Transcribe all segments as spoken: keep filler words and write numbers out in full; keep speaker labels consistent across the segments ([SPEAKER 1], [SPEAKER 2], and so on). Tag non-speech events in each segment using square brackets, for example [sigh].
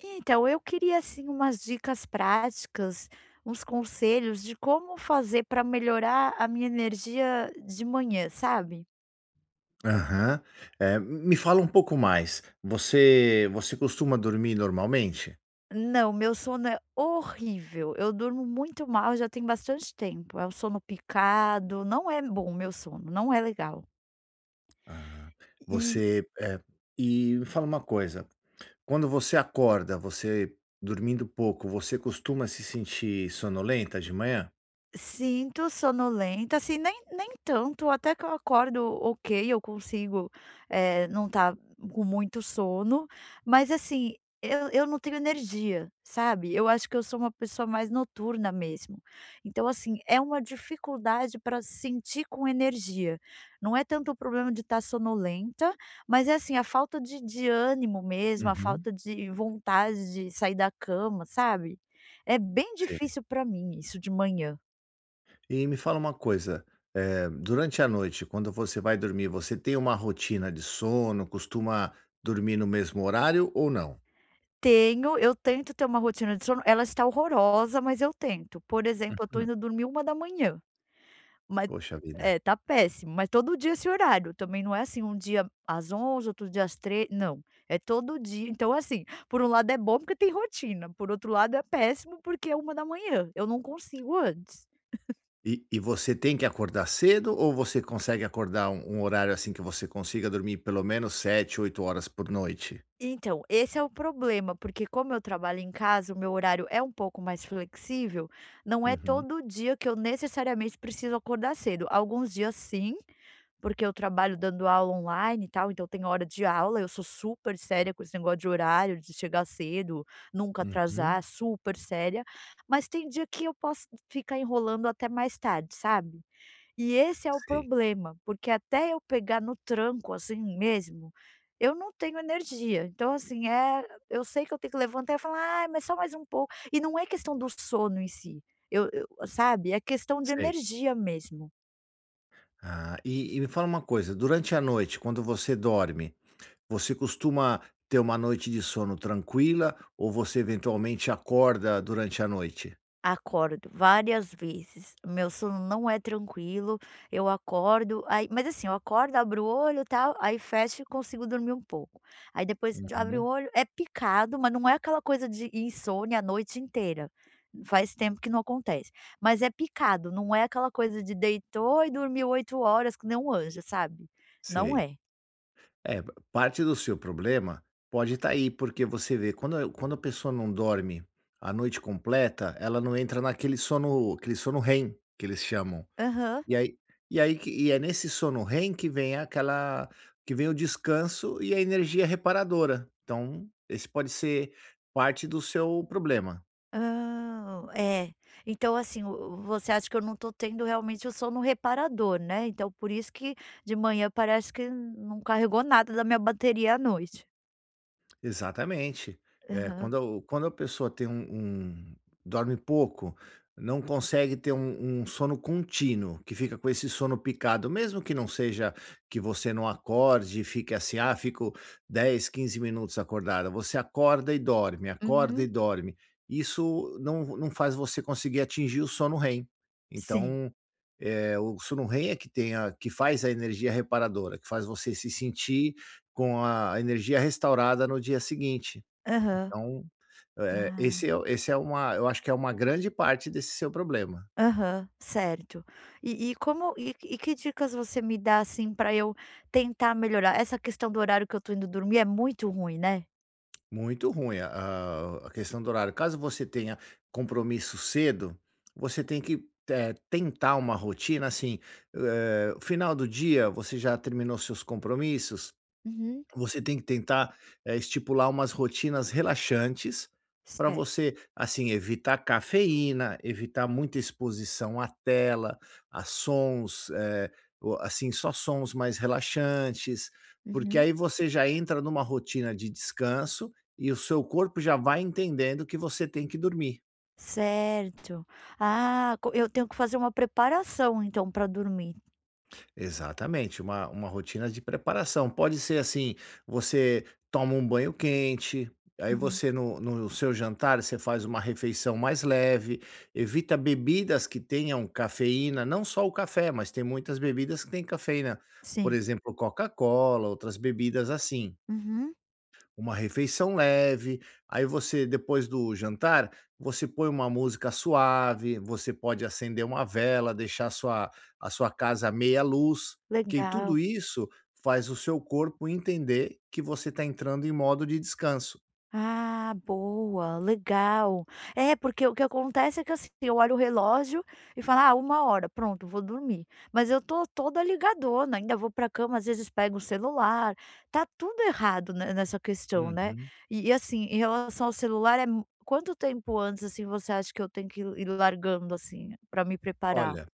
[SPEAKER 1] Então, eu queria assim umas dicas práticas, uns conselhos de como fazer para melhorar a minha energia de manhã, sabe?
[SPEAKER 2] Aham. Eh, me fala um pouco mais. Você você costuma dormir normalmente?
[SPEAKER 1] Não, meu sono é horrível. Eu durmo muito mal, já tem bastante tempo. É um sono picado, não é bom meu sono, não é legal.
[SPEAKER 2] Ah, você, eh, e me fala uma coisa, quando você acorda, você dormindo pouco, você costuma se sentir sonolenta de manhã?
[SPEAKER 1] Sinto sonolenta, assim, nem nem tanto, até que eu acordo ok, eu consigo, eh, não estar com muito sono, mas assim, eu eu não tenho energia, sabe. Eu acho que eu sou uma pessoa mais noturna mesmo. Então assim, é uma dificuldade para sentir com energia. Não é tanto o problema de estar sonolenta, mas é assim, a falta de de ânimo mesmo, a
[SPEAKER 2] Uhum,
[SPEAKER 1] falta de vontade de sair da cama, sabe. É bem
[SPEAKER 2] sei.
[SPEAKER 1] difícil para mim isso de manhã.
[SPEAKER 2] E me fala uma coisa, eh, durante a noite, quando você vai dormir, você tem uma rotina de sono? Costuma dormir no mesmo horário ou não?
[SPEAKER 1] Tenho, eu tento ter uma rotina de sono, ela está horrorosa, mas eu tento. Por exemplo, eu tô
[SPEAKER 2] Uhum.
[SPEAKER 1] indo dormir uma da manhã, mas
[SPEAKER 2] Poxa vida.
[SPEAKER 1] é, tá péssimo, mas todo dia esse horário, também não é assim, um dia às onze horas outro dia às três não, é todo dia. Então assim, por um lado é bom porque tem rotina, por outro lado é péssimo porque é uma da manhã, eu não consigo antes.
[SPEAKER 2] E e você tem que acordar cedo ou você consegue acordar um um horário, assim, que você consiga dormir pelo menos sete, oito horas por noite?
[SPEAKER 1] Então, esse é o problema, porque como eu trabalho em casa, o meu horário é um pouco mais flexível, não é
[SPEAKER 2] Uhum,
[SPEAKER 1] todo dia que eu necessariamente preciso acordar cedo. Alguns dias sim, porque eu trabalho dando aula online e tal, então tem hora de aula, eu sou super séria com esse negócio de horário, de chegar cedo, nunca
[SPEAKER 2] uhum.
[SPEAKER 1] atrasar, super séria. Mas tem dia que eu posso ficar enrolando até mais tarde, sabe. E esse é o
[SPEAKER 2] Sei,
[SPEAKER 1] problema, porque até eu pegar no tranco, assim mesmo, eu não tenho energia. Então assim, é, eu sei que eu tenho que levantar e falar: "Ai, mas só mais um pouco". E não é questão do sono em si, eu eu sabe, é questão de
[SPEAKER 2] sei.
[SPEAKER 1] energia mesmo.
[SPEAKER 2] Ah, e e me fala uma coisa, durante a noite, quando você dorme, você costuma ter uma noite de sono tranquila ou você eventualmente acorda durante a noite?
[SPEAKER 1] Acordo várias vezes. Meu sono não é tranquilo, eu acordo, aí mas assim, eu acordo, abro o olho, tal, aí fecho e consigo dormir um pouco. Aí depois de abro o
[SPEAKER 2] Uhum,
[SPEAKER 1] olho, é picado, mas não é aquela coisa de insônia a noite inteira. Faz tempo que não acontece. Mas é picado, não é aquela coisa de deitou e dormiu oito horas que nem um anjo, sabe. Não
[SPEAKER 2] sei.
[SPEAKER 1] é.
[SPEAKER 2] É, parte do seu problema pode estar aí, porque você vê, quando, quando a pessoa não dorme a noite completa, ela não entra naquele sono, aquele sono REM que eles chamam.
[SPEAKER 1] Aham.
[SPEAKER 2] E aí, e aí que- e é nesse sono REM que vem aquela, que vem o descanso e a energia reparadora. Então, esse pode ser parte do seu problema.
[SPEAKER 1] Ah, é. Então, assim, o você acha que eu não tô tendo realmente o sono reparador, né, então por isso que de manhã parece que não carregou nada da minha bateria à noite.
[SPEAKER 2] Exatamente. É,
[SPEAKER 1] Aham.
[SPEAKER 2] quando a quando a pessoa tem um um dorme pouco, não consegue ter um um sono contínuo, que fica com esse sono picado, mesmo que não seja que você não acorde e fique assim: "Ah, fico dez quinze minutos acordada", você acorda e dorme, acorda
[SPEAKER 1] Uhum.
[SPEAKER 2] e dorme. Isso não não faz você conseguir atingir o sono REM.
[SPEAKER 1] Sim.
[SPEAKER 2] Então, eh, o sono REM é que tem a que faz a energia reparadora, que faz você se sentir com a energia restaurada no dia seguinte.
[SPEAKER 1] Aham.
[SPEAKER 2] Então, eh,
[SPEAKER 1] Ah.
[SPEAKER 2] esse é esse é uma eu acho que é uma grande parte desse seu problema.
[SPEAKER 1] Aham, certo. E e como e e que dicas você me dá, assim, para eu tentar melhorar? Essa questão do horário que eu tô indo dormir é muito ruim, né?
[SPEAKER 2] Muito ruim a a a questão do horário. Caso você tenha compromisso cedo, você tem que, eh, tentar uma rotina, assim, eh, final do dia você já terminou seus compromissos.
[SPEAKER 1] Uhum.
[SPEAKER 2] Você tem que tentar, eh, estipular umas rotinas relaxantes para
[SPEAKER 1] Certo.
[SPEAKER 2] você, assim, evitar cafeína, evitar muita exposição à tela, a sons, eh, o assim, só sons mais relaxantes, porque
[SPEAKER 1] Uhum.
[SPEAKER 2] aí você já entra numa rotina de descanso e o seu corpo já vai entendendo que você tem que dormir.
[SPEAKER 1] Certo. Ah, co eu tenho que fazer uma preparação então para dormir.
[SPEAKER 2] Exatamente, uma uma rotina de preparação. Pode ser assim, você toma um banho quente, aí
[SPEAKER 1] Uhum.
[SPEAKER 2] você no no seu jantar você faz uma refeição mais leve, evita bebidas que tenham cafeína, não só o café, mas tem muitas bebidas que têm cafeína, por
[SPEAKER 1] Sim.
[SPEAKER 2] exemplo, Coca-Cola, outras bebidas assim.
[SPEAKER 1] Uhum.
[SPEAKER 2] Uma refeição leve, aí você depois do jantar, você põe uma música suave, você pode acender uma vela, deixar a sua a sua casa à meia luz, que
[SPEAKER 1] Legal.
[SPEAKER 2] tudo isso faz o seu corpo entender que você está entrando em modo de descanso.
[SPEAKER 1] Ah, boa, legal. É, porque o que acontece é que, assim, eu olho o relógio e falo: "Ah, uma hora, pronto, vou dormir". Mas eu tô toda ligadona, ainda vou pra cama, às vezes pego o celular, tá tudo errado ne nessa questão, né.
[SPEAKER 2] Uhum.
[SPEAKER 1] E e, assim, em relação ao celular, é mu quanto tempo antes, assim, você acha que eu tenho que ir largando, assim, pra me preparar?
[SPEAKER 2] Olha,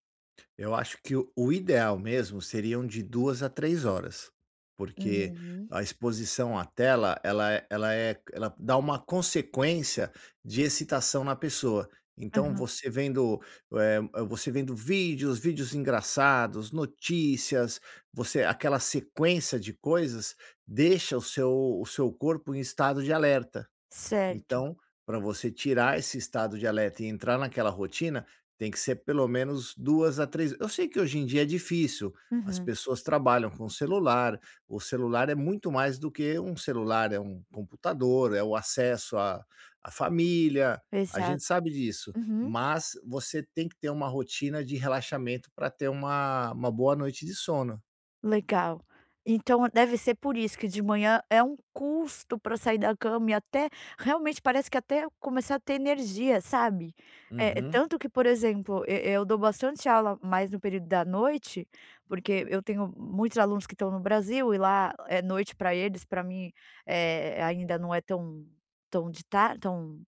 [SPEAKER 2] eu acho que o o ideal mesmo seriam de duas a três horas, porque
[SPEAKER 1] Uhum.
[SPEAKER 2] a exposição à tela, ela é ela é ela dá uma consequência de excitação na pessoa. Então
[SPEAKER 1] Aham.
[SPEAKER 2] você vendo, eh, você vendo vídeos, vídeos engraçados, notícias, você aquela sequência de coisas deixa o seu o seu corpo em estado de alerta.
[SPEAKER 1] Certo.
[SPEAKER 2] Então, para você tirar esse estado de alerta e entrar naquela rotina, tem que ser pelo menos duas a três. Eu sei que hoje em dia é difícil, as
[SPEAKER 1] Uhum.
[SPEAKER 2] pessoas trabalham com celular, o celular é muito mais do que um celular, é um computador, é o acesso à à família, a
[SPEAKER 1] Exato.
[SPEAKER 2] gente sabe disso,
[SPEAKER 1] Uhum.
[SPEAKER 2] mas você tem que ter uma rotina de relaxamento para ter uma uma boa noite de sono.
[SPEAKER 1] Legal. Então deve ser por isso que de manhã é um custo para sair da cama e até realmente parece que até começar a ter energia, sabe. É é
[SPEAKER 2] Uhum,
[SPEAKER 1] tanto que, por exemplo, e eu dou bastante aula mais no período da noite, porque eu tenho muitos alunos que estão no Brasil e lá é noite para eles, para mim, é ainda não é tão tão de tar tão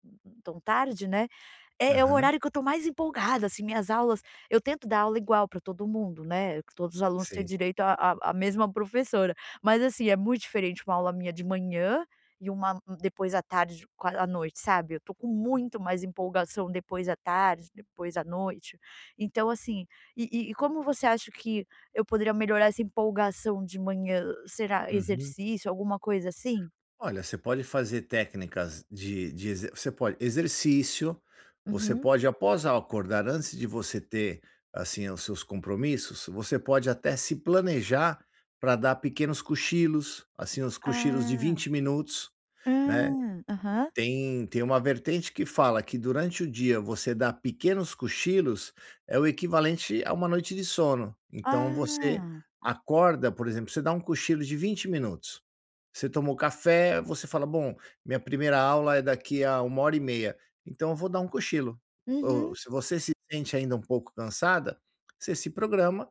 [SPEAKER 1] tão tarde, né. É é o
[SPEAKER 2] aham,
[SPEAKER 1] horário que eu estou mais empolgada, assim, minhas aulas eu tento dar aula igual para todo mundo, né, que todos os alunos têm
[SPEAKER 2] sei.
[SPEAKER 1] direito à à à mesma professora, mas assim, é muito diferente uma aula minha de manhã e uma depois à tarde, qua à noite, sabe. Eu tô com muito mais empolgação depois à tarde, depois à noite. Então assim, e e e como você acha que eu poderia melhorar essa empolgação de manhã? Será
[SPEAKER 2] Uhum.
[SPEAKER 1] exercício, alguma coisa assim?
[SPEAKER 2] Olha, você pode fazer técnicas de de exer você pode exercício, você
[SPEAKER 1] Uhum.
[SPEAKER 2] pode após acordar, antes de você ter, assim, os seus compromissos, você pode até se planejar para dar pequenos cochilos, assim, os
[SPEAKER 1] Ah.
[SPEAKER 2] cochilos de
[SPEAKER 1] Ah.
[SPEAKER 2] vinte minutos, né.
[SPEAKER 1] Aham.
[SPEAKER 2] Tem tem uma vertente que fala que durante o dia você dá pequenos cochilos, é o equivalente a uma noite de sono. Então você
[SPEAKER 1] Ah.
[SPEAKER 2] acorda, por exemplo, você dá um cochilo de vinte minutos. Você tomou café, você fala: "Bom, minha primeira aula é daqui a uma hora e meia hora e meia, então eu vou dar um cochilo". Ou
[SPEAKER 1] Uhum.
[SPEAKER 2] se você se sente ainda um pouco cansada, você se programa,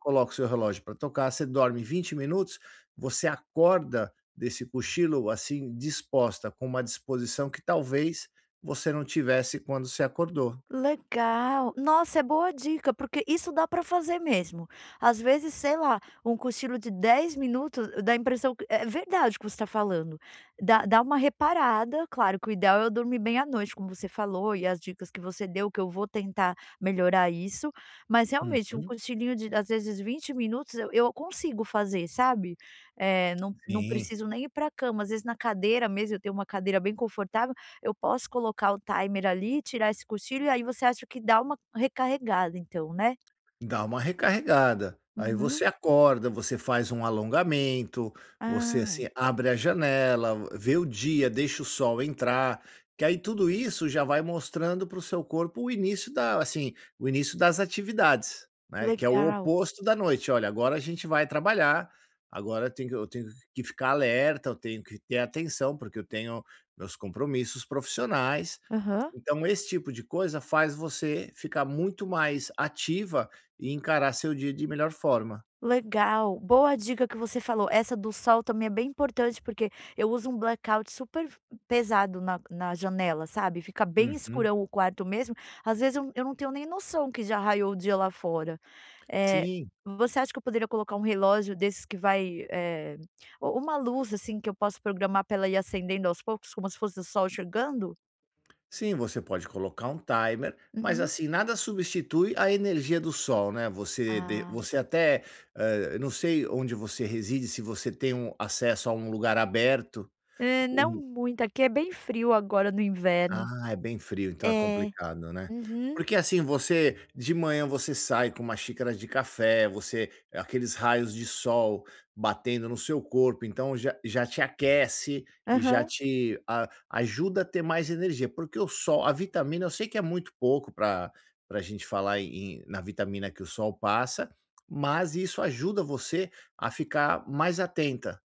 [SPEAKER 2] coloca o seu relógio para tocar, você dorme vinte minutos, você acorda desse cochilo, assim, disposta, com uma disposição que talvez você não tivesse quando se acordou.
[SPEAKER 1] Legal. Nossa, é boa dica, porque isso dá para fazer mesmo. Às vezes, sei lá, um cochilo de dez minutos dá a impressão que é verdade o que você está falando. Dá dá uma reparada, claro que o ideal é eu dormir bem à noite, como você falou, e as dicas que você deu, que eu vou tentar melhorar isso, mas realmente um
[SPEAKER 2] Uhum.
[SPEAKER 1] cochilinho de às vezes vinte minutos eu eu consigo fazer, sabe. É não não
[SPEAKER 2] Sim.
[SPEAKER 1] preciso nem ir pra cama, às vezes na cadeira mesmo, eu tenho uma cadeira bem confortável, eu posso colocar o timer ali, tirar esse cochilo e aí você acha que dá uma recarregada então, né?
[SPEAKER 2] Dá uma recarregada. Aí
[SPEAKER 1] Uhum.
[SPEAKER 2] você acorda, você faz um alongamento, você,
[SPEAKER 1] Ah,
[SPEAKER 2] assim, abre a janela, vê o dia, deixa o sol entrar, que aí tudo isso já vai mostrando para o seu corpo o início da assim, o início das atividades, né, que é o
[SPEAKER 1] legal.
[SPEAKER 2] oposto da noite. "Olha, agora a gente vai trabalhar, agora eu tenho que eu tenho que ficar alerta, eu tenho que ter atenção, porque eu tenho meus compromissos profissionais."
[SPEAKER 1] Aham.
[SPEAKER 2] Então, esse tipo de coisa faz você ficar muito mais ativa e encarar seu dia de melhor forma.
[SPEAKER 1] Legal, boa dica que você falou. Essa do sol também é bem importante, porque eu uso um blackout super pesado na na janela, sabe, fica bem
[SPEAKER 2] Uhum.
[SPEAKER 1] escurão o quarto mesmo, às vezes eu eu não tenho nem noção que já raiou o dia lá fora. Eh,
[SPEAKER 2] Sim,
[SPEAKER 1] você acha que eu poderia colocar um relógio desses que vai, eh, u uma luz, assim, que eu posso programar para ela ir acendendo aos poucos, como se fosse o sol chegando?
[SPEAKER 2] sim, você pode colocar um timer, mas
[SPEAKER 1] Uhum.
[SPEAKER 2] assim, nada substitui a energia do sol, né? Você, de-
[SPEAKER 1] Ah,
[SPEAKER 2] você até, eh, eu não sei onde você reside, se você tem um acesso a um lugar aberto,
[SPEAKER 1] hã, não
[SPEAKER 2] um.
[SPEAKER 1] muito, aqui é bem frio agora no inverno.
[SPEAKER 2] Ah, é bem frio, então é
[SPEAKER 1] É,
[SPEAKER 2] complicado, né.
[SPEAKER 1] uhum,
[SPEAKER 2] Porque, assim, você de manhã você sai com uma xícara de café, você aqueles raios de sol batendo no seu corpo, então já já te aquece e já
[SPEAKER 1] aham.
[SPEAKER 2] te a ajuda a ter mais energia, porque o sol a vitamina eu sei que é muito pouco para para a gente falar em na vitamina que o sol passa, mas isso ajuda você a ficar mais atenta.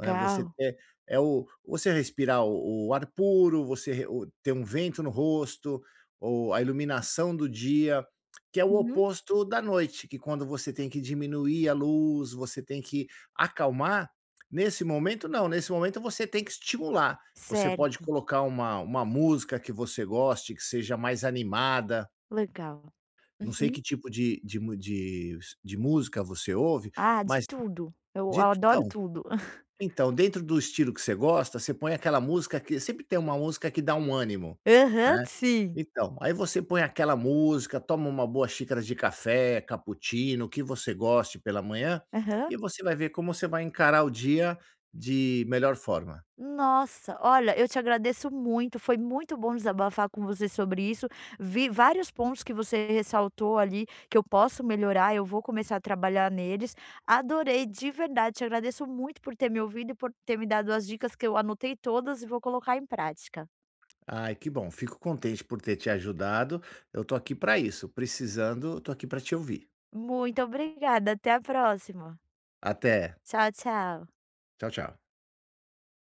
[SPEAKER 2] É, você ter é o você respirar o o ar puro, você re o ter um vento no rosto, ou a iluminação do dia, que é o
[SPEAKER 1] Uhum.
[SPEAKER 2] oposto da noite, que quando você tem que diminuir a luz, você tem que acalmar, nesse momento não, nesse momento você tem que estimular. Você pode
[SPEAKER 1] Certo,
[SPEAKER 2] colocar uma uma música que você goste, que seja mais animada,
[SPEAKER 1] legal.
[SPEAKER 2] não sei
[SPEAKER 1] Uhum.
[SPEAKER 2] que tipo de de mu de de música você ouve,
[SPEAKER 1] Ah, de
[SPEAKER 2] mas
[SPEAKER 1] tudo. Eu
[SPEAKER 2] de
[SPEAKER 1] adoro tudo. [laughs]
[SPEAKER 2] então, dentro do estilo que você gosta, você põe aquela música que sempre tem uma música que dá um ânimo,
[SPEAKER 1] Aham,
[SPEAKER 2] né.
[SPEAKER 1] sim.
[SPEAKER 2] Então, aí você põe aquela música, toma uma boa xícara de café, cappuccino, o que você goste pela manhã,
[SPEAKER 1] Aham.
[SPEAKER 2] e você vai ver como você vai encarar o dia de melhor forma.
[SPEAKER 1] Nossa, olha, eu te agradeço muito, foi muito bom desabafar com você sobre isso. Vi vários pontos que você ressaltou ali, que eu posso melhorar, eu vou começar a trabalhar neles. Adorei, de verdade, te agradeço muito por ter me ouvido e por ter me dado as dicas que eu anotei todas e vou colocar em prática.
[SPEAKER 2] Ai, que bom, fico contente por ter te ajudado. Eu tô aqui para isso, precisando, eu tô aqui para te ouvir.
[SPEAKER 1] Muito obrigada, até a próxima.
[SPEAKER 2] Até.
[SPEAKER 1] Tchau, tchau.
[SPEAKER 2] Tchau, tchau.